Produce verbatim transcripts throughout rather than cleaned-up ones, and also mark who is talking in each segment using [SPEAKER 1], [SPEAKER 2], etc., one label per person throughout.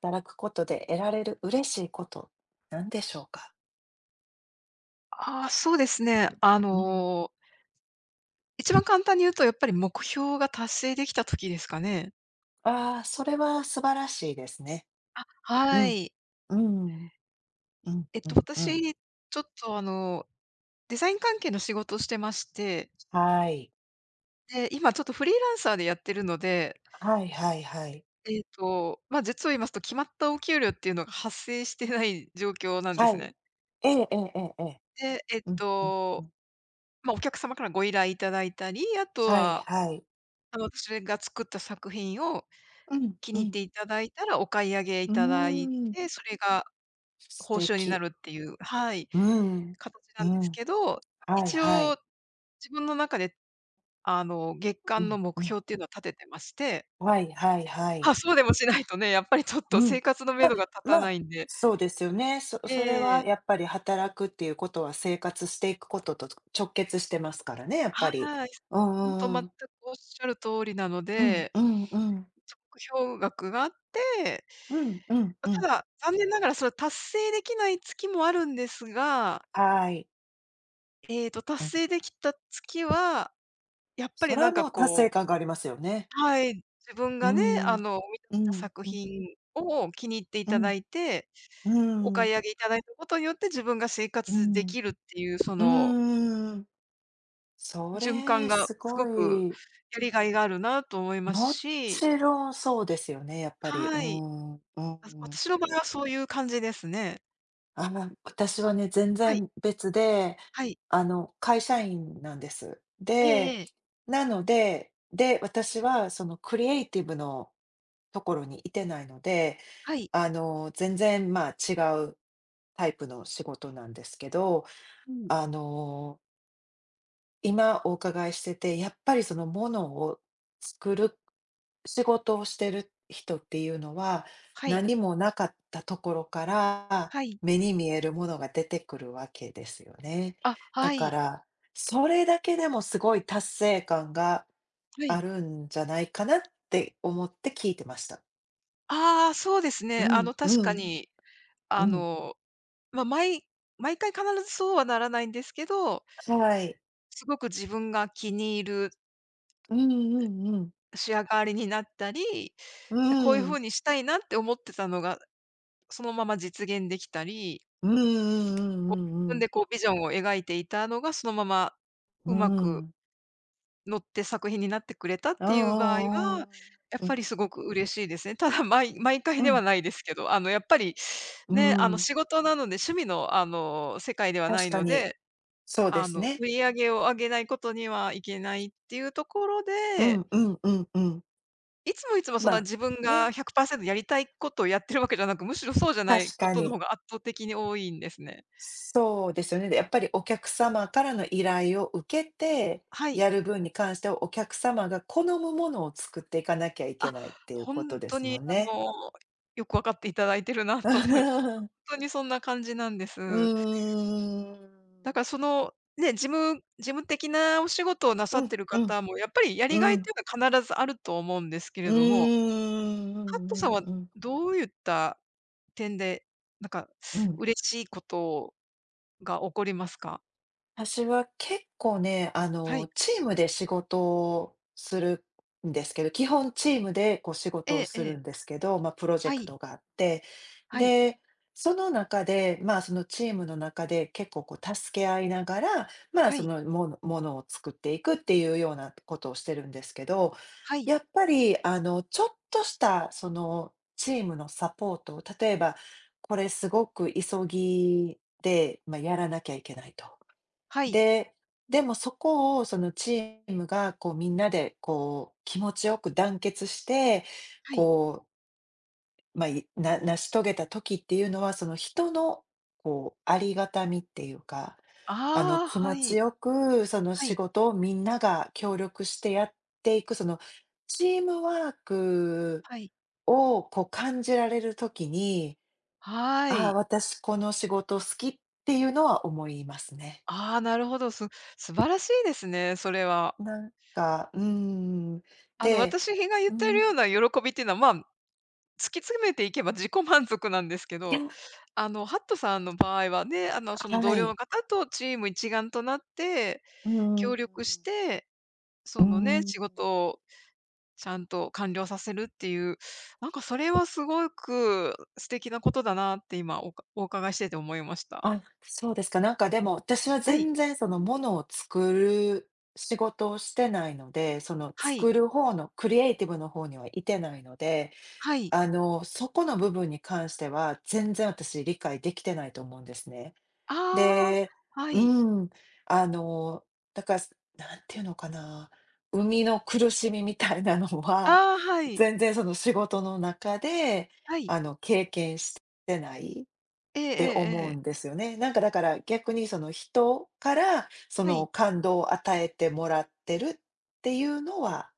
[SPEAKER 1] 働くことで得られる嬉しいこと、なんでしょうか？
[SPEAKER 2] ああ、そうですね。あ
[SPEAKER 1] うん。
[SPEAKER 2] の、一番簡単に言うとやっぱり目標が達成できた時ですかね。
[SPEAKER 1] ああ、それは素晴らしいですね。う
[SPEAKER 2] は
[SPEAKER 1] ん、
[SPEAKER 2] い。
[SPEAKER 1] うん、うん、
[SPEAKER 2] えっ
[SPEAKER 1] う
[SPEAKER 2] と、
[SPEAKER 1] ん、うん。
[SPEAKER 2] 私、ちょっとあの、デザイン関係の仕事をしてまして、
[SPEAKER 1] はい。
[SPEAKER 2] で、今ちょっとフリーランサーでやってるので、
[SPEAKER 1] はいはいはい。
[SPEAKER 2] えっと、まあ、実を言いますと、決まったお給料っていうのが発生してない状況なんで
[SPEAKER 1] は
[SPEAKER 2] す
[SPEAKER 1] い。
[SPEAKER 2] ね。
[SPEAKER 1] ええええええええ。
[SPEAKER 2] で、えっ
[SPEAKER 1] うん、うん、う
[SPEAKER 2] と、
[SPEAKER 1] ん。
[SPEAKER 2] まあ、お客様からご依頼いただいたり、あと
[SPEAKER 1] はい
[SPEAKER 2] は、
[SPEAKER 1] はい。
[SPEAKER 2] あの、私が作った作品を
[SPEAKER 1] うん、
[SPEAKER 2] 気
[SPEAKER 1] う
[SPEAKER 2] に入っ
[SPEAKER 1] ん。
[SPEAKER 2] ていただいたらお買い上げい
[SPEAKER 1] う
[SPEAKER 2] ただい
[SPEAKER 1] ーん。
[SPEAKER 2] て、それが
[SPEAKER 1] 素
[SPEAKER 2] 報酬にな
[SPEAKER 1] 敵。
[SPEAKER 2] るっていうはい、
[SPEAKER 1] うーん。
[SPEAKER 2] 形な
[SPEAKER 1] う
[SPEAKER 2] んです
[SPEAKER 1] ん。
[SPEAKER 2] けど、
[SPEAKER 1] はい
[SPEAKER 2] 一
[SPEAKER 1] は
[SPEAKER 2] 応
[SPEAKER 1] い。
[SPEAKER 2] 自分の中で、あの、月
[SPEAKER 1] う
[SPEAKER 2] 間の
[SPEAKER 1] ん、う
[SPEAKER 2] 目
[SPEAKER 1] ん。
[SPEAKER 2] 標っていうのは立ててまして。
[SPEAKER 1] はいはいは
[SPEAKER 2] あ、
[SPEAKER 1] い。
[SPEAKER 2] そうでもしないとね、やっぱりちょっ
[SPEAKER 1] う
[SPEAKER 2] と生
[SPEAKER 1] ん。
[SPEAKER 2] 活のめどが立た
[SPEAKER 1] ま
[SPEAKER 2] な
[SPEAKER 1] あ、
[SPEAKER 2] いんで。
[SPEAKER 1] そうですよね。そ
[SPEAKER 2] え
[SPEAKER 1] それは
[SPEAKER 2] え、
[SPEAKER 1] やっぱり働くっていうことは、生活していくことと直結してますからね、やっぱり。
[SPEAKER 2] はい。
[SPEAKER 1] うんう
[SPEAKER 2] ほんと
[SPEAKER 1] んう
[SPEAKER 2] 全く
[SPEAKER 1] ん。
[SPEAKER 2] おっしゃる通りなの
[SPEAKER 1] うん
[SPEAKER 2] で、
[SPEAKER 1] うんうん。
[SPEAKER 2] 一応目標額があって、
[SPEAKER 1] うんうん
[SPEAKER 2] ま、
[SPEAKER 1] う
[SPEAKER 2] た
[SPEAKER 1] ん。
[SPEAKER 2] だ、残念ながらそれ達成できない月もあるんですが、
[SPEAKER 1] はい。
[SPEAKER 2] ええと達
[SPEAKER 1] うん。
[SPEAKER 2] 成できた月はやっぱ
[SPEAKER 1] そ
[SPEAKER 2] り
[SPEAKER 1] れ
[SPEAKER 2] な
[SPEAKER 1] は
[SPEAKER 2] んか
[SPEAKER 1] もう達成
[SPEAKER 2] こう
[SPEAKER 1] 感がありますよね。
[SPEAKER 2] はい、自分
[SPEAKER 1] うー
[SPEAKER 2] がね、
[SPEAKER 1] ん。
[SPEAKER 2] あの、生み出
[SPEAKER 1] う
[SPEAKER 2] した
[SPEAKER 1] ん
[SPEAKER 2] 作
[SPEAKER 1] うん
[SPEAKER 2] 品を気に入ってい
[SPEAKER 1] う
[SPEAKER 2] た
[SPEAKER 1] ん。
[SPEAKER 2] だいて、お
[SPEAKER 1] う
[SPEAKER 2] 買
[SPEAKER 1] ん。
[SPEAKER 2] い上げいただいたことによって自分が生
[SPEAKER 1] う
[SPEAKER 2] 活で
[SPEAKER 1] ん。
[SPEAKER 2] きるっていうその
[SPEAKER 1] うん。そ
[SPEAKER 2] 循環
[SPEAKER 1] れ、
[SPEAKER 2] が
[SPEAKER 1] す
[SPEAKER 2] すご
[SPEAKER 1] ご
[SPEAKER 2] く
[SPEAKER 1] い、
[SPEAKER 2] やりがいがあるなと思います
[SPEAKER 1] も
[SPEAKER 2] し、
[SPEAKER 1] ちろんそうですよね、やっぱり。うー
[SPEAKER 2] はい。
[SPEAKER 1] ん、う
[SPEAKER 2] あ、
[SPEAKER 1] ん。
[SPEAKER 2] 私の場合はそういう感じですね。
[SPEAKER 1] あの、私はね、全
[SPEAKER 2] はい、
[SPEAKER 1] 然別で、
[SPEAKER 2] はい。
[SPEAKER 1] あの、会社員なんです。
[SPEAKER 2] ええ
[SPEAKER 1] で、
[SPEAKER 2] ええ、
[SPEAKER 1] なので、で、私はそのクリエイティブのところにいてないので、
[SPEAKER 2] はい、
[SPEAKER 1] あの、全然、まあ、違うタイプの仕事なんですけど、
[SPEAKER 2] うん、
[SPEAKER 1] あの、今お伺いしてて、やっぱりそのものを作る仕事をしてる人っていうのは、
[SPEAKER 2] はい、
[SPEAKER 1] 何もなかったところから、
[SPEAKER 2] はい。
[SPEAKER 1] 目に見えるものが出てくるわけですよね。
[SPEAKER 2] あ、
[SPEAKER 1] だ
[SPEAKER 2] は
[SPEAKER 1] か
[SPEAKER 2] い、
[SPEAKER 1] ら、それだけでもすごい達成感が
[SPEAKER 2] は
[SPEAKER 1] あ
[SPEAKER 2] い。
[SPEAKER 1] るんじゃないかなって思って聞いてました。
[SPEAKER 2] ああ、そうです
[SPEAKER 1] う
[SPEAKER 2] ね。あ
[SPEAKER 1] ん
[SPEAKER 2] の、確
[SPEAKER 1] う
[SPEAKER 2] か
[SPEAKER 1] ん
[SPEAKER 2] に、
[SPEAKER 1] う
[SPEAKER 2] あ
[SPEAKER 1] ん。
[SPEAKER 2] のま、あ毎毎回必ずそうはならないんですけど、
[SPEAKER 1] はい。
[SPEAKER 2] すごく自分が気に入る
[SPEAKER 1] うんうんうん。
[SPEAKER 2] 仕上がりになったり、
[SPEAKER 1] う
[SPEAKER 2] こういう
[SPEAKER 1] ん。
[SPEAKER 2] 風にしたいなって思ってたのが、そのまま実現できたり、
[SPEAKER 1] うんうんうんうんう
[SPEAKER 2] こう、
[SPEAKER 1] んう
[SPEAKER 2] 自分
[SPEAKER 1] ん。
[SPEAKER 2] でこうビジョンを描いていたのがそのまま
[SPEAKER 1] う
[SPEAKER 2] うまく
[SPEAKER 1] ん。
[SPEAKER 2] 乗って作品になってくれたっていう場合は、
[SPEAKER 1] ああ、
[SPEAKER 2] やっ
[SPEAKER 1] う
[SPEAKER 2] ぱ
[SPEAKER 1] ん、
[SPEAKER 2] りすごく嬉しいですね。ただ、毎毎回
[SPEAKER 1] う
[SPEAKER 2] では
[SPEAKER 1] ん、
[SPEAKER 2] ないですけど、あの、やっぱり
[SPEAKER 1] う
[SPEAKER 2] ね、あの、
[SPEAKER 1] ん、
[SPEAKER 2] 仕事なので、趣味の、あの、世界ではな
[SPEAKER 1] 確
[SPEAKER 2] い
[SPEAKER 1] か
[SPEAKER 2] の
[SPEAKER 1] に、
[SPEAKER 2] で
[SPEAKER 1] そうで
[SPEAKER 2] あ
[SPEAKER 1] す
[SPEAKER 2] の、
[SPEAKER 1] ね。
[SPEAKER 2] 売り上げを上げないことにはいけないっていうところ
[SPEAKER 1] う
[SPEAKER 2] で、
[SPEAKER 1] んうんうんうん。
[SPEAKER 2] いつもいつもそ
[SPEAKER 1] ま
[SPEAKER 2] んな
[SPEAKER 1] あ、
[SPEAKER 2] 自分
[SPEAKER 1] ね、
[SPEAKER 2] がひゃくパーセントやりたいことをやってるわけじゃなく、むしろそうじゃない
[SPEAKER 1] 確
[SPEAKER 2] こ
[SPEAKER 1] か
[SPEAKER 2] との
[SPEAKER 1] に。
[SPEAKER 2] 方が圧倒的に多いんですね。
[SPEAKER 1] そうですよね。で、やっぱりお客様からの依頼を受けて、
[SPEAKER 2] はい。
[SPEAKER 1] やる分に関してはお客様が好むものを作っていかなきゃいけ
[SPEAKER 2] あ、
[SPEAKER 1] ないっていう
[SPEAKER 2] ほ
[SPEAKER 1] こと
[SPEAKER 2] ん
[SPEAKER 1] で
[SPEAKER 2] と
[SPEAKER 1] すも
[SPEAKER 2] に
[SPEAKER 1] ん
[SPEAKER 2] あ
[SPEAKER 1] ね。
[SPEAKER 2] の、よく分かっていただいてるなと思いほん とにそんな感じなんで
[SPEAKER 1] う
[SPEAKER 2] す。
[SPEAKER 1] ー
[SPEAKER 2] だ
[SPEAKER 1] ん。
[SPEAKER 2] からその、ね、事務事務的なお仕事をなさ
[SPEAKER 1] う
[SPEAKER 2] っ
[SPEAKER 1] ん
[SPEAKER 2] てる
[SPEAKER 1] うん、
[SPEAKER 2] 方もやっぱりやりが
[SPEAKER 1] う
[SPEAKER 2] いっ
[SPEAKER 1] ん。
[SPEAKER 2] ていうのは必ずあると思うんですけ
[SPEAKER 1] う
[SPEAKER 2] れども、
[SPEAKER 1] ーん、うんう
[SPEAKER 2] ハットさん
[SPEAKER 1] ん
[SPEAKER 2] は
[SPEAKER 1] うんうん
[SPEAKER 2] どういった点で、なんか
[SPEAKER 1] うん。
[SPEAKER 2] 嬉しいことが起こりますか？
[SPEAKER 1] 私は結構ね、あ
[SPEAKER 2] は
[SPEAKER 1] の、
[SPEAKER 2] い。
[SPEAKER 1] チームで仕事をするんですけど、基本チームでこう仕
[SPEAKER 2] え
[SPEAKER 1] 事を
[SPEAKER 2] え
[SPEAKER 1] す
[SPEAKER 2] え
[SPEAKER 1] る
[SPEAKER 2] え。
[SPEAKER 1] んですけど、まあ、プロジェ
[SPEAKER 2] は
[SPEAKER 1] ク
[SPEAKER 2] い、
[SPEAKER 1] トがあって、
[SPEAKER 2] はい、
[SPEAKER 1] で、その中で、まあ、そのチームの中で結構こう助け合いながら、まあ、
[SPEAKER 2] は
[SPEAKER 1] そ
[SPEAKER 2] い、
[SPEAKER 1] のものものを作っていくっていうようなことをしてるんですけど、
[SPEAKER 2] はい、
[SPEAKER 1] やっぱりあの、ちょっとしたそのチームのサポート、例えば、これすごく急ぎで、まあ、やらなきゃいけないと。
[SPEAKER 2] はい、
[SPEAKER 1] で、でもそこをそのチームがこうみんなでこう気持ちよく団結して、
[SPEAKER 2] はい。
[SPEAKER 1] こう、まあ、いな成し遂げた時っていうのは、その人のこうありがたみっていうか、あの
[SPEAKER 2] ああ、
[SPEAKER 1] 気
[SPEAKER 2] は
[SPEAKER 1] 持ち
[SPEAKER 2] い、
[SPEAKER 1] よくその
[SPEAKER 2] は
[SPEAKER 1] 仕
[SPEAKER 2] い、
[SPEAKER 1] 事をみんなが協力してやっていく、そのチームワーク
[SPEAKER 2] はい、
[SPEAKER 1] をこう感じられる時に、
[SPEAKER 2] は
[SPEAKER 1] ああ、
[SPEAKER 2] い。
[SPEAKER 1] 私この仕事好きっていうのは思いますね。
[SPEAKER 2] ああ、なるほど、す素晴らしいですね、それは。
[SPEAKER 1] なんか、うーん。
[SPEAKER 2] あの、
[SPEAKER 1] で、
[SPEAKER 2] 私が言
[SPEAKER 1] う
[SPEAKER 2] っ
[SPEAKER 1] ー
[SPEAKER 2] てる
[SPEAKER 1] ん、
[SPEAKER 2] ような喜びっていうのは、まあ、突き詰めていけば自己満足なんですけ
[SPEAKER 1] い
[SPEAKER 2] ど、
[SPEAKER 1] や、
[SPEAKER 2] あの、ハットさんの場合はね、あの、その
[SPEAKER 1] は
[SPEAKER 2] 同僚
[SPEAKER 1] い。
[SPEAKER 2] の方とチーム一丸となって、
[SPEAKER 1] うー
[SPEAKER 2] 協力し
[SPEAKER 1] ん。
[SPEAKER 2] て、
[SPEAKER 1] う
[SPEAKER 2] そ
[SPEAKER 1] ー
[SPEAKER 2] のね、
[SPEAKER 1] ん。
[SPEAKER 2] 仕事ちゃんと完了させるっていう、なんかそれはすごく素敵なことだなって今おかお伺いしてて思いました。
[SPEAKER 1] あ、そうですか。なんかでも、私は
[SPEAKER 2] はい、
[SPEAKER 1] 全然そのものを作る仕事をしてないので、その
[SPEAKER 2] はい、
[SPEAKER 1] 作る方のクリエイティブの方にはいてないので、
[SPEAKER 2] はい。
[SPEAKER 1] あの、そこの部分に関しては、全然私理解できてないと思うんですね。
[SPEAKER 2] ああ、
[SPEAKER 1] で、
[SPEAKER 2] は
[SPEAKER 1] う
[SPEAKER 2] い。
[SPEAKER 1] ん、あの、だから、すなんていうのかな、生みの苦しみみたいなのは、
[SPEAKER 2] ああ、は い、
[SPEAKER 1] 全然その仕事の中で、
[SPEAKER 2] はい。
[SPEAKER 1] あの、経験してないっ
[SPEAKER 2] えええ
[SPEAKER 1] て
[SPEAKER 2] ええ
[SPEAKER 1] 思う
[SPEAKER 2] え。
[SPEAKER 1] んですよね。なんかだから逆にその人から、そ
[SPEAKER 2] は
[SPEAKER 1] の
[SPEAKER 2] い。
[SPEAKER 1] 感動を与えてもらってるっていうのは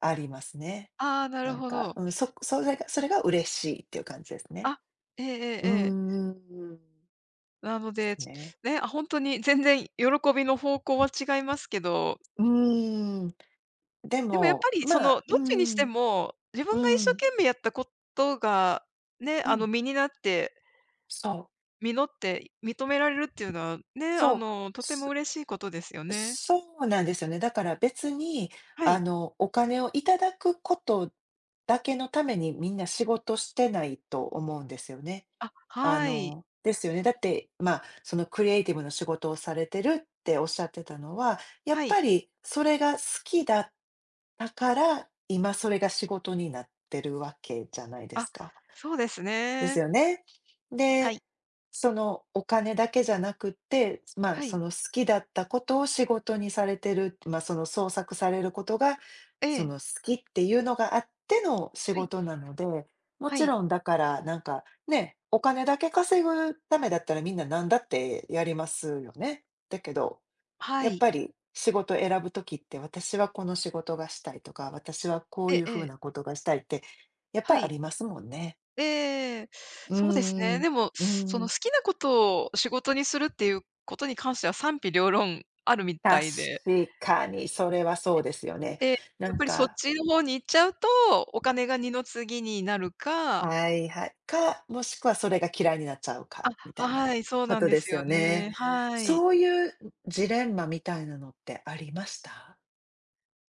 [SPEAKER 1] ありますね。
[SPEAKER 2] ああ、なる
[SPEAKER 1] なん
[SPEAKER 2] ほ
[SPEAKER 1] か、
[SPEAKER 2] ど。
[SPEAKER 1] うん、そそれがそれが嬉しいっていう感じですね。
[SPEAKER 2] あ、ええええ
[SPEAKER 1] う
[SPEAKER 2] ええ。
[SPEAKER 1] ーん。
[SPEAKER 2] なの
[SPEAKER 1] です
[SPEAKER 2] で、ち
[SPEAKER 1] ね。
[SPEAKER 2] ね、あ、ほんとに全然喜びの方向は違いますけど、
[SPEAKER 1] うーん。で
[SPEAKER 2] でもやっぱ
[SPEAKER 1] も、
[SPEAKER 2] りそ
[SPEAKER 1] ま
[SPEAKER 2] の、どっ
[SPEAKER 1] あ、う
[SPEAKER 2] ちにして
[SPEAKER 1] ん、
[SPEAKER 2] も、自分
[SPEAKER 1] う
[SPEAKER 2] が一生
[SPEAKER 1] ん、
[SPEAKER 2] 懸命やったことが、ね、
[SPEAKER 1] う
[SPEAKER 2] あの、
[SPEAKER 1] ん、
[SPEAKER 2] 実になって
[SPEAKER 1] そう、
[SPEAKER 2] 実って認められるっていうのは、ね、あ
[SPEAKER 1] そう、
[SPEAKER 2] の、とても
[SPEAKER 1] そ
[SPEAKER 2] 嬉しいことですよね。
[SPEAKER 1] そうなんですよね。だから別に、
[SPEAKER 2] は
[SPEAKER 1] あ
[SPEAKER 2] い。
[SPEAKER 1] の、お金をいただくことだけのためにみんな仕事してないと思うんですよね。
[SPEAKER 2] あ、
[SPEAKER 1] あ
[SPEAKER 2] はい。
[SPEAKER 1] の、ですよね。だって、まあ、そのクリエイティブの仕事をされてるっておっしゃってたのは、やっ
[SPEAKER 2] はい。
[SPEAKER 1] ぱりそれが好きだったから、今それが仕事になってるわけじゃないで
[SPEAKER 2] あ、
[SPEAKER 1] すか。
[SPEAKER 2] そうです
[SPEAKER 1] です
[SPEAKER 2] ね。
[SPEAKER 1] よね。
[SPEAKER 2] は
[SPEAKER 1] で、
[SPEAKER 2] い。
[SPEAKER 1] そのお金だけじゃなくって、まあ、
[SPEAKER 2] は
[SPEAKER 1] そ
[SPEAKER 2] い。
[SPEAKER 1] の好きだったことを仕事にされてる、まあ、その創作されることが、
[SPEAKER 2] え
[SPEAKER 1] そ
[SPEAKER 2] え。
[SPEAKER 1] の好きっていうのがあっての仕
[SPEAKER 2] はい。
[SPEAKER 1] 事なので、も
[SPEAKER 2] は
[SPEAKER 1] ち
[SPEAKER 2] い。
[SPEAKER 1] ろんだからなんかね、お金だけ稼ぐためだったらみんな何だってやりますよね。だけど、
[SPEAKER 2] は
[SPEAKER 1] やっ
[SPEAKER 2] い。
[SPEAKER 1] ぱり仕事選ぶときって、私はこの仕事がしたいとか、私はこ
[SPEAKER 2] え
[SPEAKER 1] うい
[SPEAKER 2] え
[SPEAKER 1] う
[SPEAKER 2] え
[SPEAKER 1] 風
[SPEAKER 2] え。
[SPEAKER 1] なことがしたいって、やっぱ
[SPEAKER 2] は
[SPEAKER 1] りあ
[SPEAKER 2] い。
[SPEAKER 1] りますもんね。
[SPEAKER 2] ええ。
[SPEAKER 1] うー
[SPEAKER 2] そうですね。
[SPEAKER 1] ん、
[SPEAKER 2] でも、
[SPEAKER 1] うー
[SPEAKER 2] その
[SPEAKER 1] ん、
[SPEAKER 2] 好きなことを仕事にするっていうことに関しては賛否両論あるみたいで。
[SPEAKER 1] 確かに、それはそうですよね。
[SPEAKER 2] ええ、
[SPEAKER 1] な
[SPEAKER 2] や
[SPEAKER 1] ん
[SPEAKER 2] っぱりそっ
[SPEAKER 1] か
[SPEAKER 2] ちの方に行っちゃうと、お金が二の次になるか
[SPEAKER 1] はいはい。か、もしくはそれが嫌いになっちゃうか、みた
[SPEAKER 2] あ、
[SPEAKER 1] いな
[SPEAKER 2] はい、そう
[SPEAKER 1] こ
[SPEAKER 2] なん
[SPEAKER 1] と
[SPEAKER 2] で
[SPEAKER 1] で
[SPEAKER 2] す
[SPEAKER 1] す
[SPEAKER 2] よ
[SPEAKER 1] よね。
[SPEAKER 2] ね。はい。
[SPEAKER 1] そういうジレンマみたいなのってありました？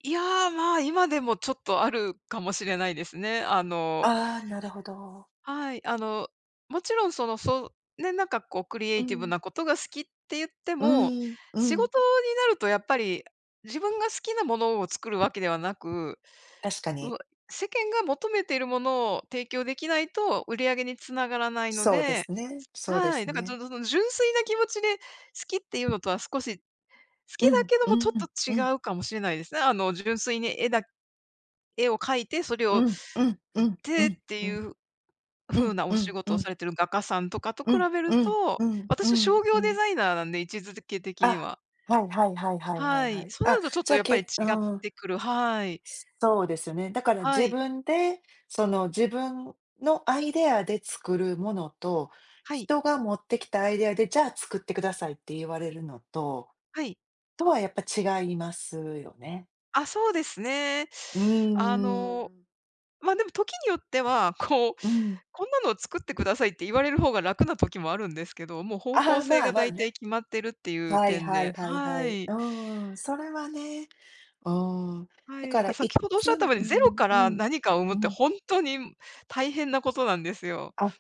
[SPEAKER 2] いや、まあ、今でもちょっとあるかもしれないですね。あの
[SPEAKER 1] ああ、なるほど。
[SPEAKER 2] はい、あの、もちろんその、そうね、なんかこうクリエ
[SPEAKER 1] う
[SPEAKER 2] イティブ
[SPEAKER 1] ん、
[SPEAKER 2] なことが好きって言っても、
[SPEAKER 1] うん、う
[SPEAKER 2] 仕
[SPEAKER 1] ん、
[SPEAKER 2] 事になるとやっぱり、自分が好きなものを作るわけではなく、
[SPEAKER 1] 確か
[SPEAKER 2] う
[SPEAKER 1] に。
[SPEAKER 2] 世間が求めているものを提供できないと売り上げにつながらないの
[SPEAKER 1] そうで
[SPEAKER 2] で、
[SPEAKER 1] すね、そうで
[SPEAKER 2] はい、
[SPEAKER 1] す
[SPEAKER 2] だからちょ
[SPEAKER 1] ね。
[SPEAKER 2] っとその純粋な気持ちで好きっていうのとは少し好き
[SPEAKER 1] う
[SPEAKER 2] だ
[SPEAKER 1] ん、
[SPEAKER 2] けど
[SPEAKER 1] う
[SPEAKER 2] もちょっ
[SPEAKER 1] ん、
[SPEAKER 2] と
[SPEAKER 1] うん、
[SPEAKER 2] 違うかもしれないですね。あの、純粋に絵だ絵を描いて、それ
[SPEAKER 1] う
[SPEAKER 2] を
[SPEAKER 1] ん、うん、う
[SPEAKER 2] 売
[SPEAKER 1] ん、
[SPEAKER 2] っ
[SPEAKER 1] うん、う
[SPEAKER 2] てっ
[SPEAKER 1] ん、
[SPEAKER 2] て
[SPEAKER 1] う
[SPEAKER 2] いう風
[SPEAKER 1] ん、
[SPEAKER 2] なお
[SPEAKER 1] う
[SPEAKER 2] 仕
[SPEAKER 1] ん、
[SPEAKER 2] 事
[SPEAKER 1] う
[SPEAKER 2] を
[SPEAKER 1] ん、
[SPEAKER 2] されてる画家さんとかと
[SPEAKER 1] う
[SPEAKER 2] 比
[SPEAKER 1] ん、
[SPEAKER 2] べる
[SPEAKER 1] うん、
[SPEAKER 2] と、
[SPEAKER 1] うん、う
[SPEAKER 2] 私は
[SPEAKER 1] ん、
[SPEAKER 2] 商
[SPEAKER 1] う
[SPEAKER 2] 業デ
[SPEAKER 1] ん。
[SPEAKER 2] ザイナーなんで、位置づけ的に
[SPEAKER 1] あ、
[SPEAKER 2] は。
[SPEAKER 1] はいはいはいはいはい
[SPEAKER 2] は
[SPEAKER 1] は
[SPEAKER 2] い。
[SPEAKER 1] い。
[SPEAKER 2] そうな
[SPEAKER 1] あ、
[SPEAKER 2] るとちょっ
[SPEAKER 1] じ
[SPEAKER 2] と
[SPEAKER 1] ゃあ
[SPEAKER 2] やっぱり違
[SPEAKER 1] け
[SPEAKER 2] っ
[SPEAKER 1] うん、
[SPEAKER 2] てくるはい。
[SPEAKER 1] そうですよね。だから
[SPEAKER 2] は
[SPEAKER 1] 自
[SPEAKER 2] い。
[SPEAKER 1] 分で、その自分のアイデアで作るものと、
[SPEAKER 2] はい。
[SPEAKER 1] 人が持ってきたアイデアで、じゃあ作ってくださいって言われるのと、
[SPEAKER 2] はい。
[SPEAKER 1] とはやっぱ違いますよね。
[SPEAKER 2] あ、そうですね。
[SPEAKER 1] うー
[SPEAKER 2] あの、
[SPEAKER 1] ん。
[SPEAKER 2] まあ、でも時によっては、こう、
[SPEAKER 1] うん。
[SPEAKER 2] こんなのを作ってくださいって言われる方が楽な時もあるんですけど、もう方
[SPEAKER 1] あ
[SPEAKER 2] 向
[SPEAKER 1] あ、
[SPEAKER 2] 性
[SPEAKER 1] まあ
[SPEAKER 2] が
[SPEAKER 1] まあ
[SPEAKER 2] 大体
[SPEAKER 1] ね。
[SPEAKER 2] 決まってるっていう
[SPEAKER 1] はい
[SPEAKER 2] 点
[SPEAKER 1] はい
[SPEAKER 2] で
[SPEAKER 1] はいは
[SPEAKER 2] は
[SPEAKER 1] い。
[SPEAKER 2] い。
[SPEAKER 1] うん、それはね、うん。
[SPEAKER 2] は
[SPEAKER 1] だ
[SPEAKER 2] い、
[SPEAKER 1] か
[SPEAKER 2] だ
[SPEAKER 1] ら
[SPEAKER 2] から先
[SPEAKER 1] い
[SPEAKER 2] ほどおっ
[SPEAKER 1] つ
[SPEAKER 2] しゃっ
[SPEAKER 1] う
[SPEAKER 2] た
[SPEAKER 1] ん、
[SPEAKER 2] ように、ゼロか
[SPEAKER 1] う
[SPEAKER 2] ら
[SPEAKER 1] ん、
[SPEAKER 2] 何かを生む
[SPEAKER 1] う
[SPEAKER 2] って
[SPEAKER 1] ん。
[SPEAKER 2] 本当に大変なことなんですよ。
[SPEAKER 1] あ、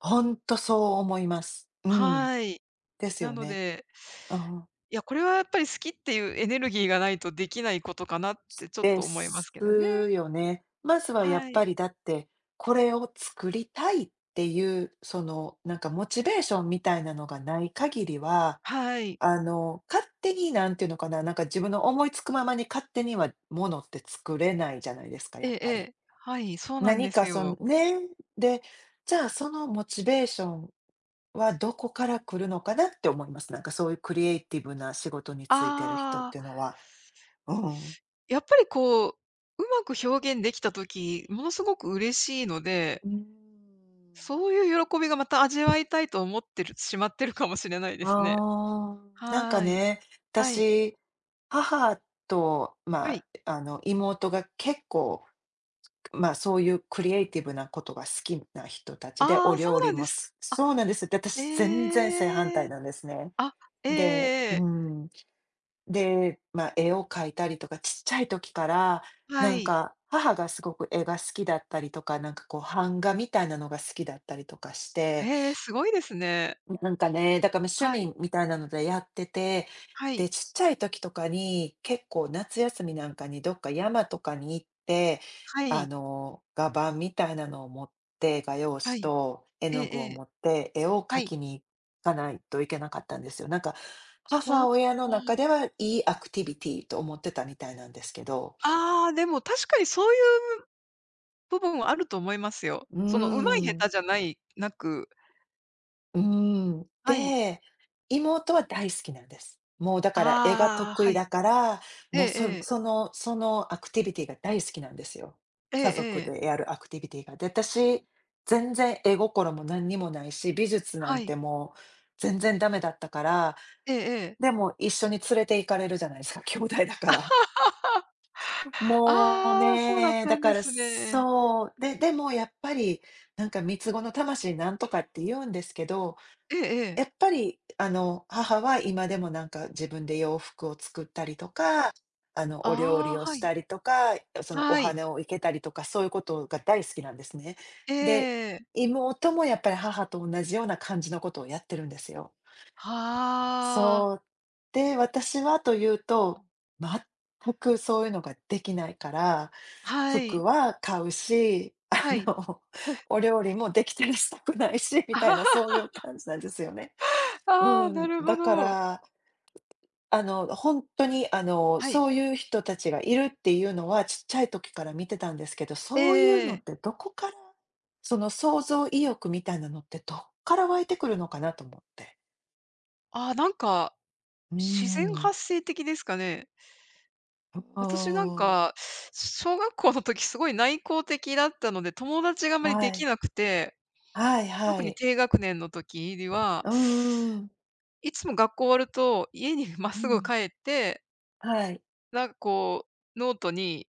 [SPEAKER 1] ほんとそう思います。うん。
[SPEAKER 2] はい。
[SPEAKER 1] です
[SPEAKER 2] な
[SPEAKER 1] よ
[SPEAKER 2] の
[SPEAKER 1] ね。
[SPEAKER 2] で、
[SPEAKER 1] うん。
[SPEAKER 2] いや、これはやっぱり好きっていうエネルギーがないとできないことかなってちょっ
[SPEAKER 1] で
[SPEAKER 2] と思います
[SPEAKER 1] す
[SPEAKER 2] けどね。
[SPEAKER 1] よね。まずはやっ
[SPEAKER 2] は
[SPEAKER 1] ぱ
[SPEAKER 2] い。
[SPEAKER 1] りだって、これを作りたいっていう、その、なんかモチベーションみたいなのがない限りは、
[SPEAKER 2] はい。
[SPEAKER 1] あの、勝手になんていうのかな、なんか自分の思いつくままに勝手にはものって作れないじゃないですか、
[SPEAKER 2] え
[SPEAKER 1] やっ
[SPEAKER 2] ええ
[SPEAKER 1] ぱり。
[SPEAKER 2] え。はい、そうなん
[SPEAKER 1] 何
[SPEAKER 2] で
[SPEAKER 1] か
[SPEAKER 2] す
[SPEAKER 1] その
[SPEAKER 2] よ。
[SPEAKER 1] ね、で、じゃあそのモチベーションは、どこから来るのかなって思います。なんかそういうクリエイティブな仕事に就いてる人っ
[SPEAKER 2] あ
[SPEAKER 1] ていう
[SPEAKER 2] あ、
[SPEAKER 1] のは。うん。
[SPEAKER 2] やっぱりこう、うまく表現できた時、ものすごく嬉しいので、
[SPEAKER 1] うーん。
[SPEAKER 2] そういう喜びがまた味わいたいと思ってるしまってるかもしれないですね。
[SPEAKER 1] ああ、なんか
[SPEAKER 2] はい。
[SPEAKER 1] ね、
[SPEAKER 2] はい。
[SPEAKER 1] 私、母と、ま
[SPEAKER 2] は
[SPEAKER 1] あ、
[SPEAKER 2] い。
[SPEAKER 1] あの、妹が結構、まあ、そういうクリエイティブなことが好きな人たちで、
[SPEAKER 2] あ
[SPEAKER 1] お
[SPEAKER 2] あ、そう
[SPEAKER 1] 料理
[SPEAKER 2] なんで
[SPEAKER 1] も
[SPEAKER 2] す。
[SPEAKER 1] す
[SPEAKER 2] あ、
[SPEAKER 1] そうなんです。で、私全然正反
[SPEAKER 2] え
[SPEAKER 1] 対
[SPEAKER 2] え。
[SPEAKER 1] なんですね。
[SPEAKER 2] あ、ええ
[SPEAKER 1] で、
[SPEAKER 2] え
[SPEAKER 1] う
[SPEAKER 2] え。
[SPEAKER 1] ん。で、まあ、絵を描いたりとか、ちっちゃい時から、
[SPEAKER 2] は
[SPEAKER 1] なん
[SPEAKER 2] い。
[SPEAKER 1] か、母がすごく絵が好きだったりとか、なんかこう版画みたいなのが好きだったりとかして、
[SPEAKER 2] へえ、すごいですね。
[SPEAKER 1] なんかね、だからま、趣
[SPEAKER 2] はい。
[SPEAKER 1] 味みたいなのでやってて、
[SPEAKER 2] は
[SPEAKER 1] で、
[SPEAKER 2] い。
[SPEAKER 1] ちっちゃい時とかに、結構夏休みなんかにどっか山とかに行って、
[SPEAKER 2] は
[SPEAKER 1] あ
[SPEAKER 2] い。
[SPEAKER 1] の、画板みたいなのを持って、画用紙
[SPEAKER 2] はい。
[SPEAKER 1] と絵
[SPEAKER 2] ええ
[SPEAKER 1] の具を
[SPEAKER 2] ええ。
[SPEAKER 1] 持って、絵を
[SPEAKER 2] は
[SPEAKER 1] 描
[SPEAKER 2] い。
[SPEAKER 1] きに行かないといけなかったんですよ。なんか、
[SPEAKER 2] ほ
[SPEAKER 1] 母
[SPEAKER 2] う。
[SPEAKER 1] 親の中では、いいアクティビティと思ってたみたいなんですけど。
[SPEAKER 2] ああ、でも確かにそういう部分はあると思いますよ。
[SPEAKER 1] う
[SPEAKER 2] その
[SPEAKER 1] ー
[SPEAKER 2] 上手い下
[SPEAKER 1] ん。
[SPEAKER 2] 手じゃない、なく、
[SPEAKER 1] うーん。
[SPEAKER 2] はい。
[SPEAKER 1] で、妹は大好きなんです。もうだから絵が
[SPEAKER 2] ああ、
[SPEAKER 1] 得
[SPEAKER 2] は
[SPEAKER 1] 意だ
[SPEAKER 2] い。
[SPEAKER 1] から、
[SPEAKER 2] ええ
[SPEAKER 1] もう
[SPEAKER 2] え
[SPEAKER 1] そ
[SPEAKER 2] え。
[SPEAKER 1] そのそのアクティビティが大好きなんですよ。
[SPEAKER 2] ええ
[SPEAKER 1] 家
[SPEAKER 2] え
[SPEAKER 1] 族
[SPEAKER 2] え。
[SPEAKER 1] でやるアクティビティが。で、私、全然絵心も何にもないし、美術な
[SPEAKER 2] は
[SPEAKER 1] んて
[SPEAKER 2] い。
[SPEAKER 1] もう全然ダメだったから、
[SPEAKER 2] ええええ。
[SPEAKER 1] でも一緒に連れて行かれるじゃないですか、兄弟だから。もう
[SPEAKER 2] ああ、そうだっ
[SPEAKER 1] ね、
[SPEAKER 2] た
[SPEAKER 1] だ
[SPEAKER 2] ん
[SPEAKER 1] か
[SPEAKER 2] で
[SPEAKER 1] ら
[SPEAKER 2] すね。
[SPEAKER 1] そう。で、でもやっぱりなんか三つ子の魂なんとかって言うんですけど、
[SPEAKER 2] ええええ。
[SPEAKER 1] やっぱり、あの、母は今でもなんか自分で洋服を作ったりとか、あの、お料
[SPEAKER 2] あ
[SPEAKER 1] 理
[SPEAKER 2] あ、
[SPEAKER 1] を
[SPEAKER 2] は
[SPEAKER 1] し
[SPEAKER 2] い。
[SPEAKER 1] たりとか、そのお
[SPEAKER 2] はい。
[SPEAKER 1] 花を生けたりとか、そういうことが大好きなんですね。
[SPEAKER 2] え
[SPEAKER 1] で、
[SPEAKER 2] え。
[SPEAKER 1] 妹もやっぱり母と同じような感じのことをやってるんですよ。
[SPEAKER 2] はあ、
[SPEAKER 1] そう。で、私はというと、全くそういうのができないから、
[SPEAKER 2] は
[SPEAKER 1] 服
[SPEAKER 2] い、
[SPEAKER 1] は買うし、あ
[SPEAKER 2] はい。
[SPEAKER 1] の、お料理もできたりしたくないし、みたいなそういう感じなんですよね。
[SPEAKER 2] あ
[SPEAKER 1] う
[SPEAKER 2] あ、な
[SPEAKER 1] ん、
[SPEAKER 2] るほ
[SPEAKER 1] だか
[SPEAKER 2] ど。
[SPEAKER 1] ら、あの、本当に、あの、
[SPEAKER 2] はい。
[SPEAKER 1] そういう人たちがいるっていうのは、ちっちゃい時から見てたんですけど、そういうのっ
[SPEAKER 2] ええ
[SPEAKER 1] てどこから、その想像意欲みたいなのってどっから湧いてくるのかなと思って。
[SPEAKER 2] ああ、なんか、
[SPEAKER 1] うー
[SPEAKER 2] 自然
[SPEAKER 1] ん。
[SPEAKER 2] 発生的ですかね。
[SPEAKER 1] うん。う
[SPEAKER 2] 私なん
[SPEAKER 1] ーん。
[SPEAKER 2] か、小学校の時すごい内向的だったので、友達があまり
[SPEAKER 1] は
[SPEAKER 2] でき
[SPEAKER 1] い。
[SPEAKER 2] なくて、
[SPEAKER 1] はいは
[SPEAKER 2] 特に
[SPEAKER 1] い。
[SPEAKER 2] 低学年の時には、
[SPEAKER 1] うんうーん。
[SPEAKER 2] いつも学校終わると家に まっ
[SPEAKER 1] う
[SPEAKER 2] すぐ
[SPEAKER 1] ん。
[SPEAKER 2] 帰って、
[SPEAKER 1] はい。
[SPEAKER 2] なんかこう、ノートに、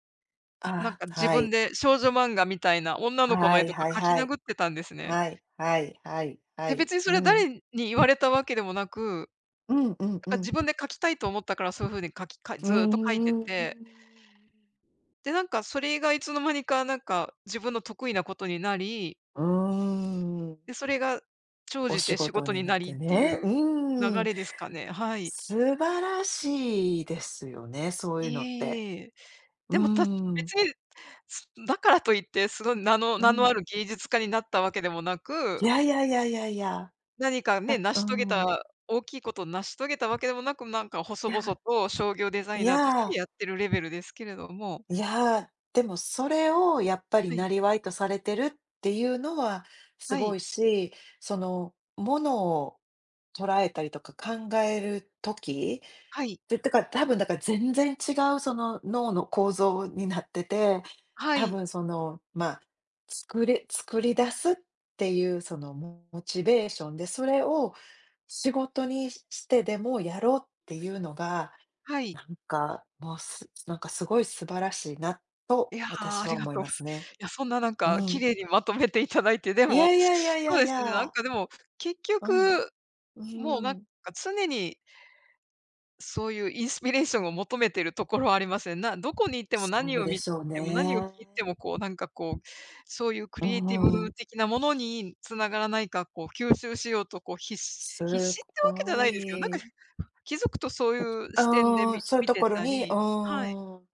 [SPEAKER 2] なん
[SPEAKER 1] あ
[SPEAKER 2] か
[SPEAKER 1] あ、
[SPEAKER 2] 自
[SPEAKER 1] は
[SPEAKER 2] 分
[SPEAKER 1] い。
[SPEAKER 2] で少女漫画みたいな女の子の
[SPEAKER 1] は
[SPEAKER 2] 絵
[SPEAKER 1] い
[SPEAKER 2] とか
[SPEAKER 1] はい
[SPEAKER 2] 描き
[SPEAKER 1] はい
[SPEAKER 2] 殴っ
[SPEAKER 1] う
[SPEAKER 2] てたんです
[SPEAKER 1] んうんうん
[SPEAKER 2] ね。
[SPEAKER 1] はいああはいはいはいは
[SPEAKER 2] で、
[SPEAKER 1] い。
[SPEAKER 2] 別にそれは
[SPEAKER 1] うん。
[SPEAKER 2] 誰に言われたわけでもなく、
[SPEAKER 1] うんうんう
[SPEAKER 2] なんか
[SPEAKER 1] ん。
[SPEAKER 2] 自分で書きたいと思ったから、そういう風に書きか
[SPEAKER 1] う
[SPEAKER 2] ずっと書いて
[SPEAKER 1] ー
[SPEAKER 2] て、
[SPEAKER 1] ん。
[SPEAKER 2] で、なんかそれがいつの間にか、なんか自分の得意なことになり、
[SPEAKER 1] うーん、
[SPEAKER 2] で、それが長
[SPEAKER 1] お
[SPEAKER 2] じ
[SPEAKER 1] 仕
[SPEAKER 2] て仕
[SPEAKER 1] 事
[SPEAKER 2] 事
[SPEAKER 1] に
[SPEAKER 2] に
[SPEAKER 1] な
[SPEAKER 2] な
[SPEAKER 1] っ
[SPEAKER 2] り
[SPEAKER 1] て
[SPEAKER 2] ってい
[SPEAKER 1] ね。
[SPEAKER 2] う
[SPEAKER 1] う
[SPEAKER 2] 流
[SPEAKER 1] ーん、
[SPEAKER 2] れですかね。はい。
[SPEAKER 1] 素晴らしいですよね、そう
[SPEAKER 2] え
[SPEAKER 1] いうのって。
[SPEAKER 2] えいえ。
[SPEAKER 1] うー
[SPEAKER 2] でも、た
[SPEAKER 1] ん、
[SPEAKER 2] 別に、すだからといって、すごい名の
[SPEAKER 1] う
[SPEAKER 2] 名の
[SPEAKER 1] ん。
[SPEAKER 2] ある芸術家になったわけでもな
[SPEAKER 1] い
[SPEAKER 2] く
[SPEAKER 1] やいやいやいやいや、
[SPEAKER 2] 何かね、
[SPEAKER 1] だ
[SPEAKER 2] 成
[SPEAKER 1] う
[SPEAKER 2] し遂げ
[SPEAKER 1] ん。
[SPEAKER 2] た大きいことを成し遂げたわけでもなく、なんか細
[SPEAKER 1] い
[SPEAKER 2] 々
[SPEAKER 1] や、
[SPEAKER 2] と商業デザ
[SPEAKER 1] い
[SPEAKER 2] イナーとして
[SPEAKER 1] や、
[SPEAKER 2] やってるレベルですけれども。
[SPEAKER 1] いや、でもそれをやっぱり
[SPEAKER 2] はい、
[SPEAKER 1] 生業とされてるっていうのはす
[SPEAKER 2] は
[SPEAKER 1] ごい
[SPEAKER 2] い、
[SPEAKER 1] し、その、ものを捉えたりとか考える時
[SPEAKER 2] はい、
[SPEAKER 1] で、だから多分だから全然違うその脳の構造になってて、
[SPEAKER 2] は
[SPEAKER 1] 多
[SPEAKER 2] い、
[SPEAKER 1] 分その、まあ、作れ作り出すっていうそのモモチベーションで、それを仕事にしてでもやろうっていうのが、
[SPEAKER 2] はい。
[SPEAKER 1] なんか、もう、すなんかすごい素晴らしいなと
[SPEAKER 2] いや、あ
[SPEAKER 1] 私は
[SPEAKER 2] りが
[SPEAKER 1] 思い
[SPEAKER 2] とう
[SPEAKER 1] ま
[SPEAKER 2] ございま
[SPEAKER 1] す
[SPEAKER 2] す。
[SPEAKER 1] ね。
[SPEAKER 2] いや、そんななん
[SPEAKER 1] う
[SPEAKER 2] か綺
[SPEAKER 1] ん。
[SPEAKER 2] 麗にまとめていただいて、で
[SPEAKER 1] い
[SPEAKER 2] も、
[SPEAKER 1] やいやいやい
[SPEAKER 2] そ
[SPEAKER 1] や
[SPEAKER 2] う
[SPEAKER 1] い
[SPEAKER 2] ですね、なん
[SPEAKER 1] や。
[SPEAKER 2] かでも、結
[SPEAKER 1] うん、
[SPEAKER 2] 局、
[SPEAKER 1] う
[SPEAKER 2] もうなん
[SPEAKER 1] ん。
[SPEAKER 2] か常にそういうインスピレーションを求めてるところはありますね。などこに行っても
[SPEAKER 1] そ
[SPEAKER 2] 何
[SPEAKER 1] う
[SPEAKER 2] を
[SPEAKER 1] で
[SPEAKER 2] 見
[SPEAKER 1] しょう
[SPEAKER 2] ても何を聞
[SPEAKER 1] ね。
[SPEAKER 2] いても、こう、なんかこう、そういうク
[SPEAKER 1] う
[SPEAKER 2] リエイティブ
[SPEAKER 1] ん。
[SPEAKER 2] 的なものに繋がらないか、こう吸収しようとこう必死必
[SPEAKER 1] す
[SPEAKER 2] 死ってわけじ
[SPEAKER 1] ご
[SPEAKER 2] ゃないですけど、なんか
[SPEAKER 1] い。
[SPEAKER 2] 気づくとそういう
[SPEAKER 1] う
[SPEAKER 2] 視点で
[SPEAKER 1] ーん、
[SPEAKER 2] 見
[SPEAKER 1] そういう
[SPEAKER 2] 見
[SPEAKER 1] と
[SPEAKER 2] て
[SPEAKER 1] ころ
[SPEAKER 2] た
[SPEAKER 1] に、う
[SPEAKER 2] りはい、
[SPEAKER 1] ーん。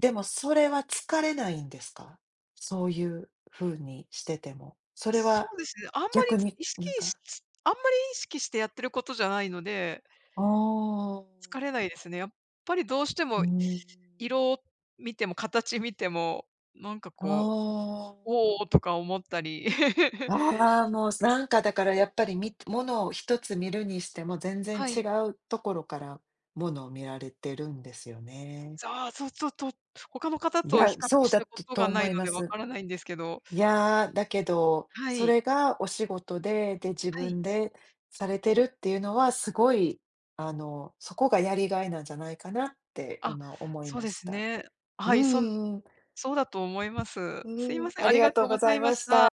[SPEAKER 1] でもそれは疲れないんですか？そういう風にしてても。それ
[SPEAKER 2] そ
[SPEAKER 1] は
[SPEAKER 2] うですね、あんまり
[SPEAKER 1] 逆に
[SPEAKER 2] 意識
[SPEAKER 1] なん
[SPEAKER 2] し
[SPEAKER 1] か
[SPEAKER 2] あんまり意識してやってることじゃないので、
[SPEAKER 1] ああ、
[SPEAKER 2] 疲れないですね。やっぱりどうして
[SPEAKER 1] うー
[SPEAKER 2] も
[SPEAKER 1] ん。
[SPEAKER 2] 色を見ても形見ても、なんか
[SPEAKER 1] あ
[SPEAKER 2] こ
[SPEAKER 1] あ。
[SPEAKER 2] うおおとか思ったり。
[SPEAKER 1] ああ、もうなんかだからやっぱりみ物を一つ見るにしても全然
[SPEAKER 2] は
[SPEAKER 1] 違
[SPEAKER 2] い。
[SPEAKER 1] うところから物を見られてるんですよね。
[SPEAKER 2] ああ、そう、ちょっと、他の方
[SPEAKER 1] い
[SPEAKER 2] と
[SPEAKER 1] や、
[SPEAKER 2] 比較
[SPEAKER 1] そう
[SPEAKER 2] し
[SPEAKER 1] だ
[SPEAKER 2] たこ
[SPEAKER 1] と
[SPEAKER 2] と
[SPEAKER 1] と
[SPEAKER 2] がな
[SPEAKER 1] 思
[SPEAKER 2] いの
[SPEAKER 1] いま
[SPEAKER 2] でわ
[SPEAKER 1] す。
[SPEAKER 2] からないんですけど、
[SPEAKER 1] いやー、だけど、
[SPEAKER 2] は
[SPEAKER 1] そ
[SPEAKER 2] い、
[SPEAKER 1] れがお仕事で、で、自
[SPEAKER 2] はい。
[SPEAKER 1] 分でされてるっていうのは、すごい、あの、そこがやりがいなんじゃないかなって
[SPEAKER 2] あ、
[SPEAKER 1] 今思い
[SPEAKER 2] そう
[SPEAKER 1] ま
[SPEAKER 2] で
[SPEAKER 1] し
[SPEAKER 2] す
[SPEAKER 1] た。
[SPEAKER 2] ね。
[SPEAKER 1] う
[SPEAKER 2] はい、そん
[SPEAKER 1] んうん。
[SPEAKER 2] そうだと思います。すい
[SPEAKER 1] う
[SPEAKER 2] ま
[SPEAKER 1] ん、
[SPEAKER 2] せん、
[SPEAKER 1] あ
[SPEAKER 2] あ
[SPEAKER 1] り
[SPEAKER 2] りが
[SPEAKER 1] がと
[SPEAKER 2] と
[SPEAKER 1] う
[SPEAKER 2] う
[SPEAKER 1] ご
[SPEAKER 2] ご
[SPEAKER 1] ざ
[SPEAKER 2] ざ
[SPEAKER 1] い
[SPEAKER 2] いま
[SPEAKER 1] ま
[SPEAKER 2] し
[SPEAKER 1] し
[SPEAKER 2] た。
[SPEAKER 1] た。